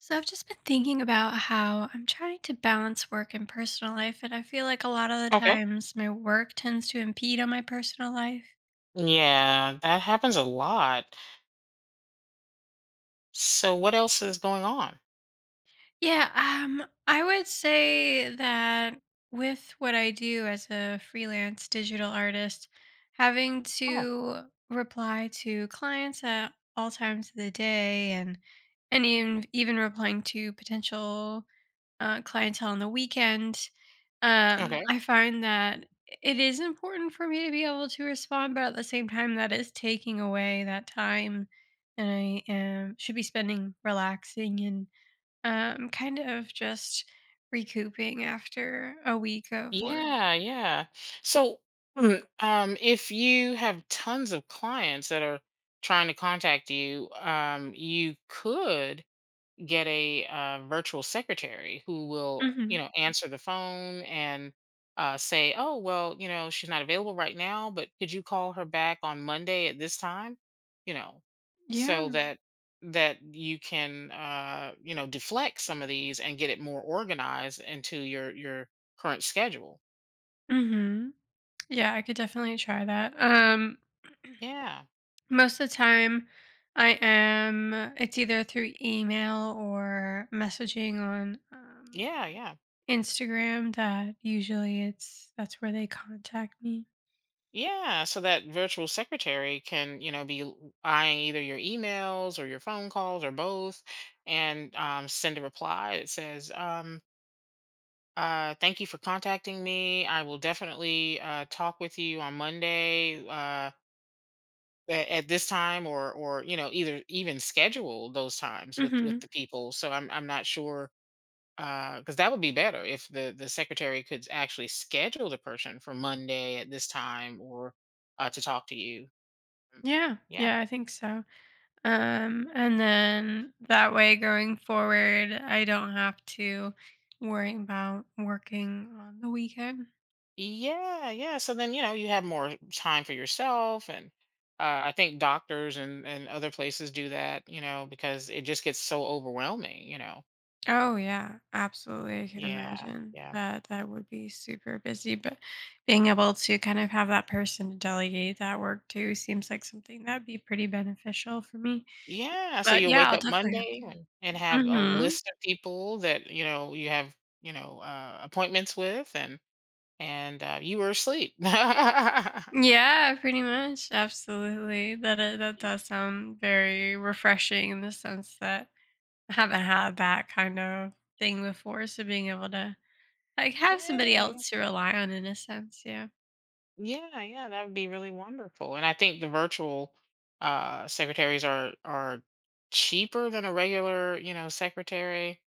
So I've just been thinking about how I'm trying to balance work and personal life, and I feel like a lot of the Okay. times my work tends to impede on my personal life. Yeah, that happens a lot. So what else is going on? Yeah, I would say that with what I do as a freelance digital artist, having Oh, to reply to clients at all times of the day and even replying to potential clientele on the weekend. Okay. I find that it is important for me to be able to respond, but at the same time, that is taking away that time, and I am should be spending relaxing and kind of just recouping after a week of work. Yeah, yeah. So if you have tons of clients that are trying to contact you, you could get a virtual secretary who will Hmm. Answer the phone and say, oh, well, she's not available right now, but could you call her back on Monday at this time? you know so Yeah. that you can deflect some of these and get it more organized into your current schedule. Hmm. Yeah, I could definitely try that. Yeah, Most of the time, I am. It's either through email or messaging on yeah, yeah. Instagram that usually it's that's where they contact me. Yeah, so that virtual secretary can, be eyeing either your emails or your phone calls or both, and send a reply that says, thank you for contacting me. I will definitely talk with you on Monday at this time, or, either even schedule those times with Mhm. the people. So I'm not sure, because that would be better if the secretary could actually schedule the person for Monday at this time or to talk to you. Mm, Yeah. Yeah. Yeah, I think so. Um, and then that way going forward, I don't have to worry about working on the weekend. Yeah, yeah. So then, you have more time for yourself. And I think doctors and other places do that, because it just gets so overwhelming. Oh yeah, absolutely. I can Yeah, imagine yeah. that that would be super busy, but being able to kind of have that person to delegate that work to seems like something that'd be pretty beneficial for me. Yeah, so But you'll yeah, wake I'll up definitely have Monday to. and have a Mhm. list of people that you have appointments with. And you were asleep. Yeah, pretty much. Absolutely. That does sound very refreshing in the sense that I haven't had that kind of thing before. So being able to like have somebody Yeah. else to rely on in a sense, yeah. Yeah, yeah, that would be really wonderful. And I think the virtual secretaries are cheaper than a regular, secretary.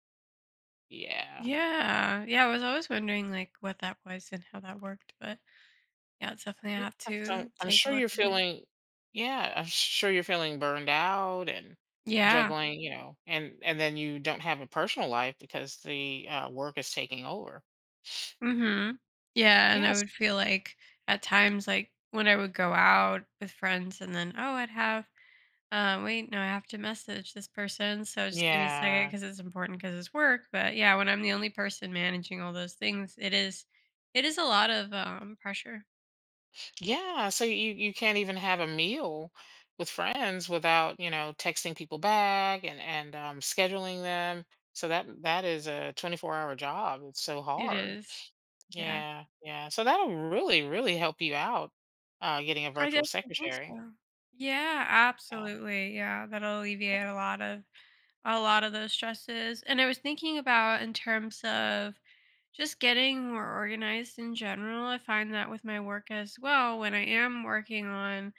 Yeah. Yeah. Yeah. I was always wondering like what that was and how that worked, but yeah, it's definitely Yeah. have So to take a look into it. I'm sure you're feeling burned out and Yeah. juggling, and then you don't have a personal life because the work is taking over. Hmm. Yeah. And I Yes. would feel like at times like when I would go out with friends and then oh I'd have— uh, wait, no, I have to message this person. So just give me a second Yeah. because it's important because it's work. But yeah, when I'm the only person managing all those things, it is a lot of pressure. Yeah, so you can't even have a meal with friends without, texting people back and scheduling them. So that is a 24-hour job. It's so It hard. is. Yeah, Yeah, yeah. So that'll really, really help you out getting a I virtual definitely think secretary. so. Yeah, Yeah. absolutely. Yeah, that'll alleviate a lot of those stresses. And I was thinking about in terms of just getting more organized in general. I find that with my work as well, when I am working on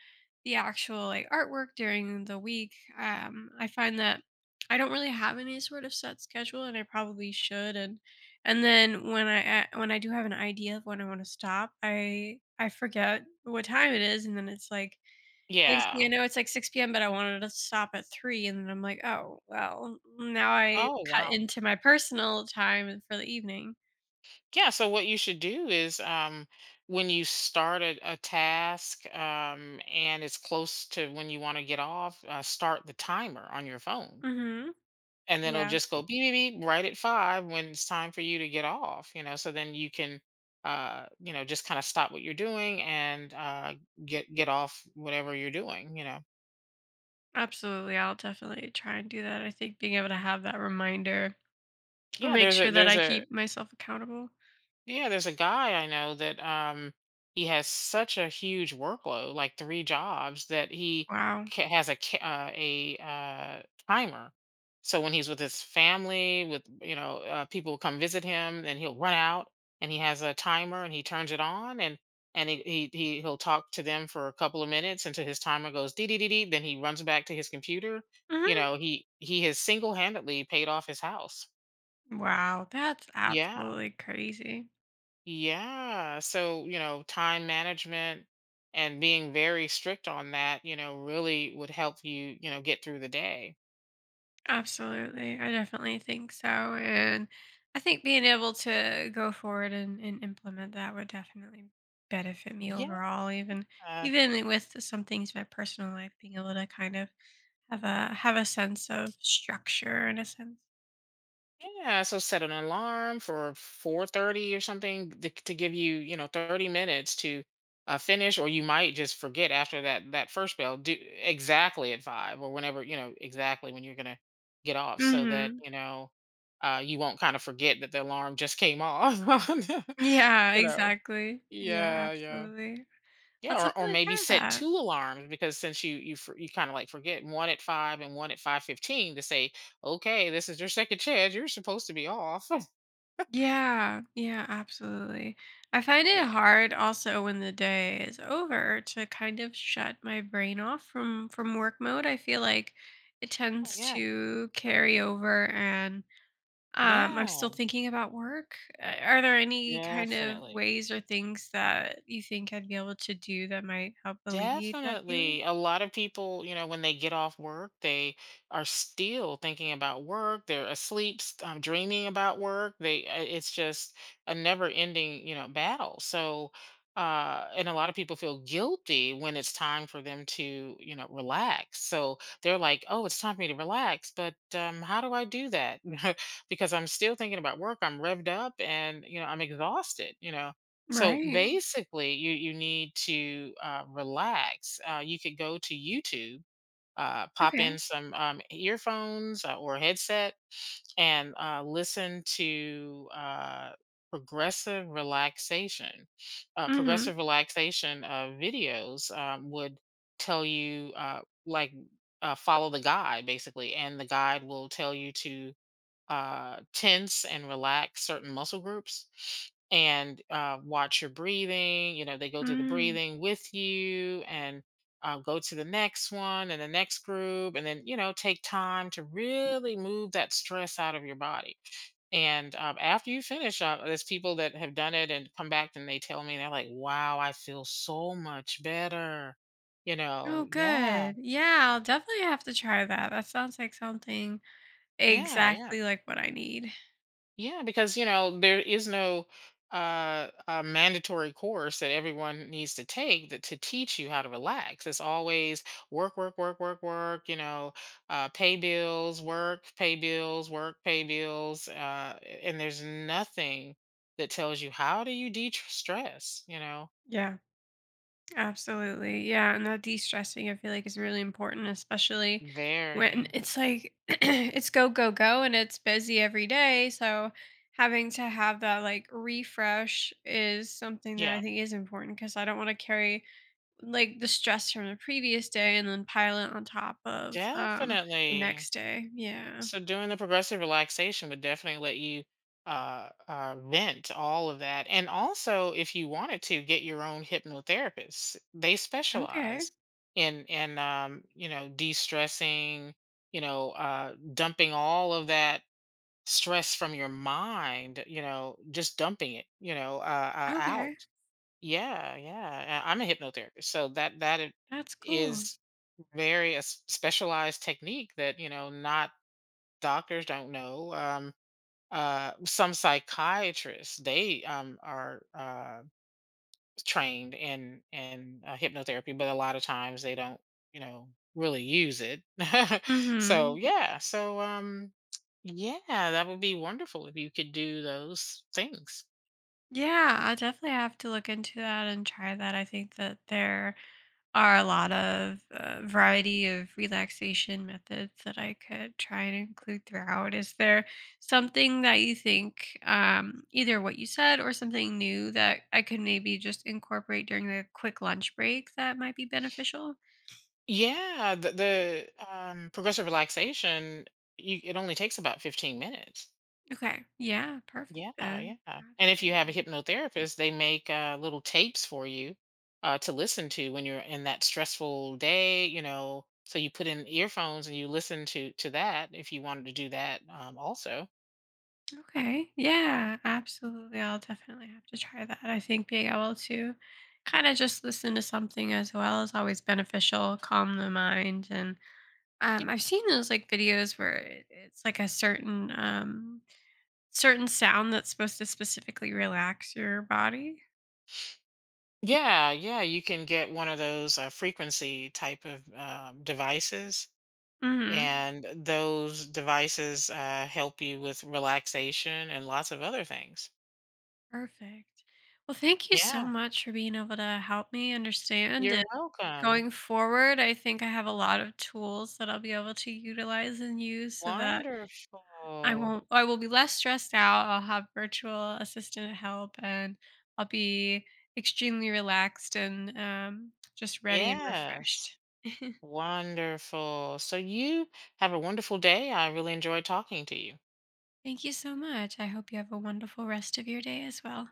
the actual like artwork during the week, I find that I don't really have any sort of set schedule, and I probably should. And then when when I do have an idea of when I want to stop, I forget what time it is, and then it's like— next thing I Yeah. know, it's like 6 p.m., but I wanted to stop at 3, and then I'm like, "Oh, well, now I Oh, cut wow. into my personal time for the evening." Yeah. So what you should do is, when you start a task, and it's close to when you want to get off, start the timer on your phone. Mhm. And then it'll Yeah, just go beep beep beep right at five when it's time for you to get off. So then you can just kind of stop what you're doing, and get off whatever you're doing. absolutely, I'll definitely try and do that. I think being able to have that reminder will yeah make there's a sure that there's I a keep myself accountable. Yeah, there's a guy I know that, he has such a huge workload, like three jobs, that he Wow. Has a timer. So when he's with his family, with, people come visit him, and he'll run out. And he has a timer, and he turns it on, and he'll talk to them for a couple of minutes until his timer goes dee dee dee dee. Then he runs back to his computer. You Mhm. know, he he has single handedly paid off his house. Wow, that's Yeah. absolutely crazy. Yeah. So, time management and being very strict on that, really would help you, get through the day. Absolutely. I definitely think so. And I think being able to go forward and implement that would definitely benefit me Yeah. overall, even Yeah. even with some things in my personal life, being able to kind of have a sense of structure in a sense. Yeah. So set an alarm for 4:30 or something, to give you, 30 minutes to finish. Or you might just forget after that first bell. Do exactly at five, or whenever, exactly when you're gonna get off, so that Hmm. You won't kind of forget that the alarm just came off. Yeah, you know. exactly. Yeah, Yeah, yeah. absolutely. I'll Yeah. Or definitely maybe try set two that. alarms, because since you kind of like forget one at 5 and one at 5:15 to say, "Okay, this is your second chance. You're supposed to be off." Yeah, yeah, absolutely. I find it Yeah. hard also when the day is over to kind of shut my brain off from work mode. I feel like it tends Yeah. to carry over and I'm still thinking about work. Are there any Yeah, kind of definitely. ways or things that you think I'd be able to do that might help alleviate that feeling? Definitely. A lot of people, when they get off work, they are still thinking about work. They're asleep, dreaming about work. They, it's just a never ending, battle. So, and a lot of people feel guilty when it's time for them to, relax. So they're like, oh, it's time for me to relax. But how do I do that? Because I'm still thinking about work. I'm revved up and, I'm exhausted. So Right. basically, you need to relax. You could go to YouTube, pop Okay. in some, earphones, or a headset, and listen to progressive relaxation. Hmm. Progressive relaxation videos, would tell you, like, follow the guide basically, and the guide will tell you to tense and relax certain muscle groups, and watch your breathing. They go through the Mm. breathing with you, and go to the next one and the next group. And then, take time to really move that stress out of your body. And after you finish, there's people that have done it and come back, and they tell me, they're like, wow, I feel so much better. You know, Oh, yeah, good. Yeah, I'll definitely have to try that. That sounds like something yeah, yeah. exactly like what I need. Yeah, because there is no mandatory course that everyone needs to take that to teach you how to relax. It's always work, work, work, work, work. Pay bills, work, pay bills, work, pay bills, and there's nothing that tells you how do you de-stress. You know, Yeah, absolutely. Yeah, and that de-stressing I feel like is really important, especially when very it's like it's go, go, go and it's busy every day. So having to have that like refresh is something that I Yeah, think is important because I don't want to carry like the stress from the previous day and then pile it on top of the definitely. next day. Yeah. So doing the progressive relaxation would definitely let you vent all of that. And also, if you wanted to get your own hypnotherapist, they Okay. specialize in de-stressing, dumping all of that stress from your mind, just dumping it, Okay. out. Yeah, yeah. I'm a hypnotherapist, so that That's cool. is very specialized technique that not doctors don't know. Some psychiatrists, they are trained in hypnotherapy, but a lot of times they don't, you know, really use it. So Mhm. yeah, yeah, that would be wonderful if you could do those things. Yeah, I'll definitely have to look into that and try that. I think that there are a lot of variety of relaxation methods that I could try and include throughout. Is there something that you think, either what you said or something new that I could maybe just incorporate during the quick lunch break that might be beneficial? Yeah, the progressive relaxation, it only takes about 15 minutes. Okay. Yeah, perfect Yeah, yeah. then. And if you have a Absolutely. hypnotherapist, they make little tapes for you to listen to when you're in that stressful day. So you put in earphones and you listen to that, if you wanted to do that, also. Uh, Okay. Yeah, absolutely. I'll definitely have to try that. I think being able to kind of just listen to something as well is always beneficial, calm the mind. And yeah, I've seen those like videos where it's like a certain certain sound that's supposed to specifically relax your body. yeah, yeah, you can get one of those frequency type of devices, Hmm. and those devices help you with relaxation and lots of other things. Perfect. Well, thank you so Yeah, much for being able to help me understand. you're And welcome. going forward, I think I have a lot of tools that I'll be able to utilize and use so that I Wonderful. won't I will be less stressed out, I'll have virtual assistant help, and I'll be extremely relaxed and, just ready and Yes. refreshed. Wonderful. So you have a wonderful day. I really enjoyed talking to you. Thank you so much, I hope you have a wonderful rest of your day as well.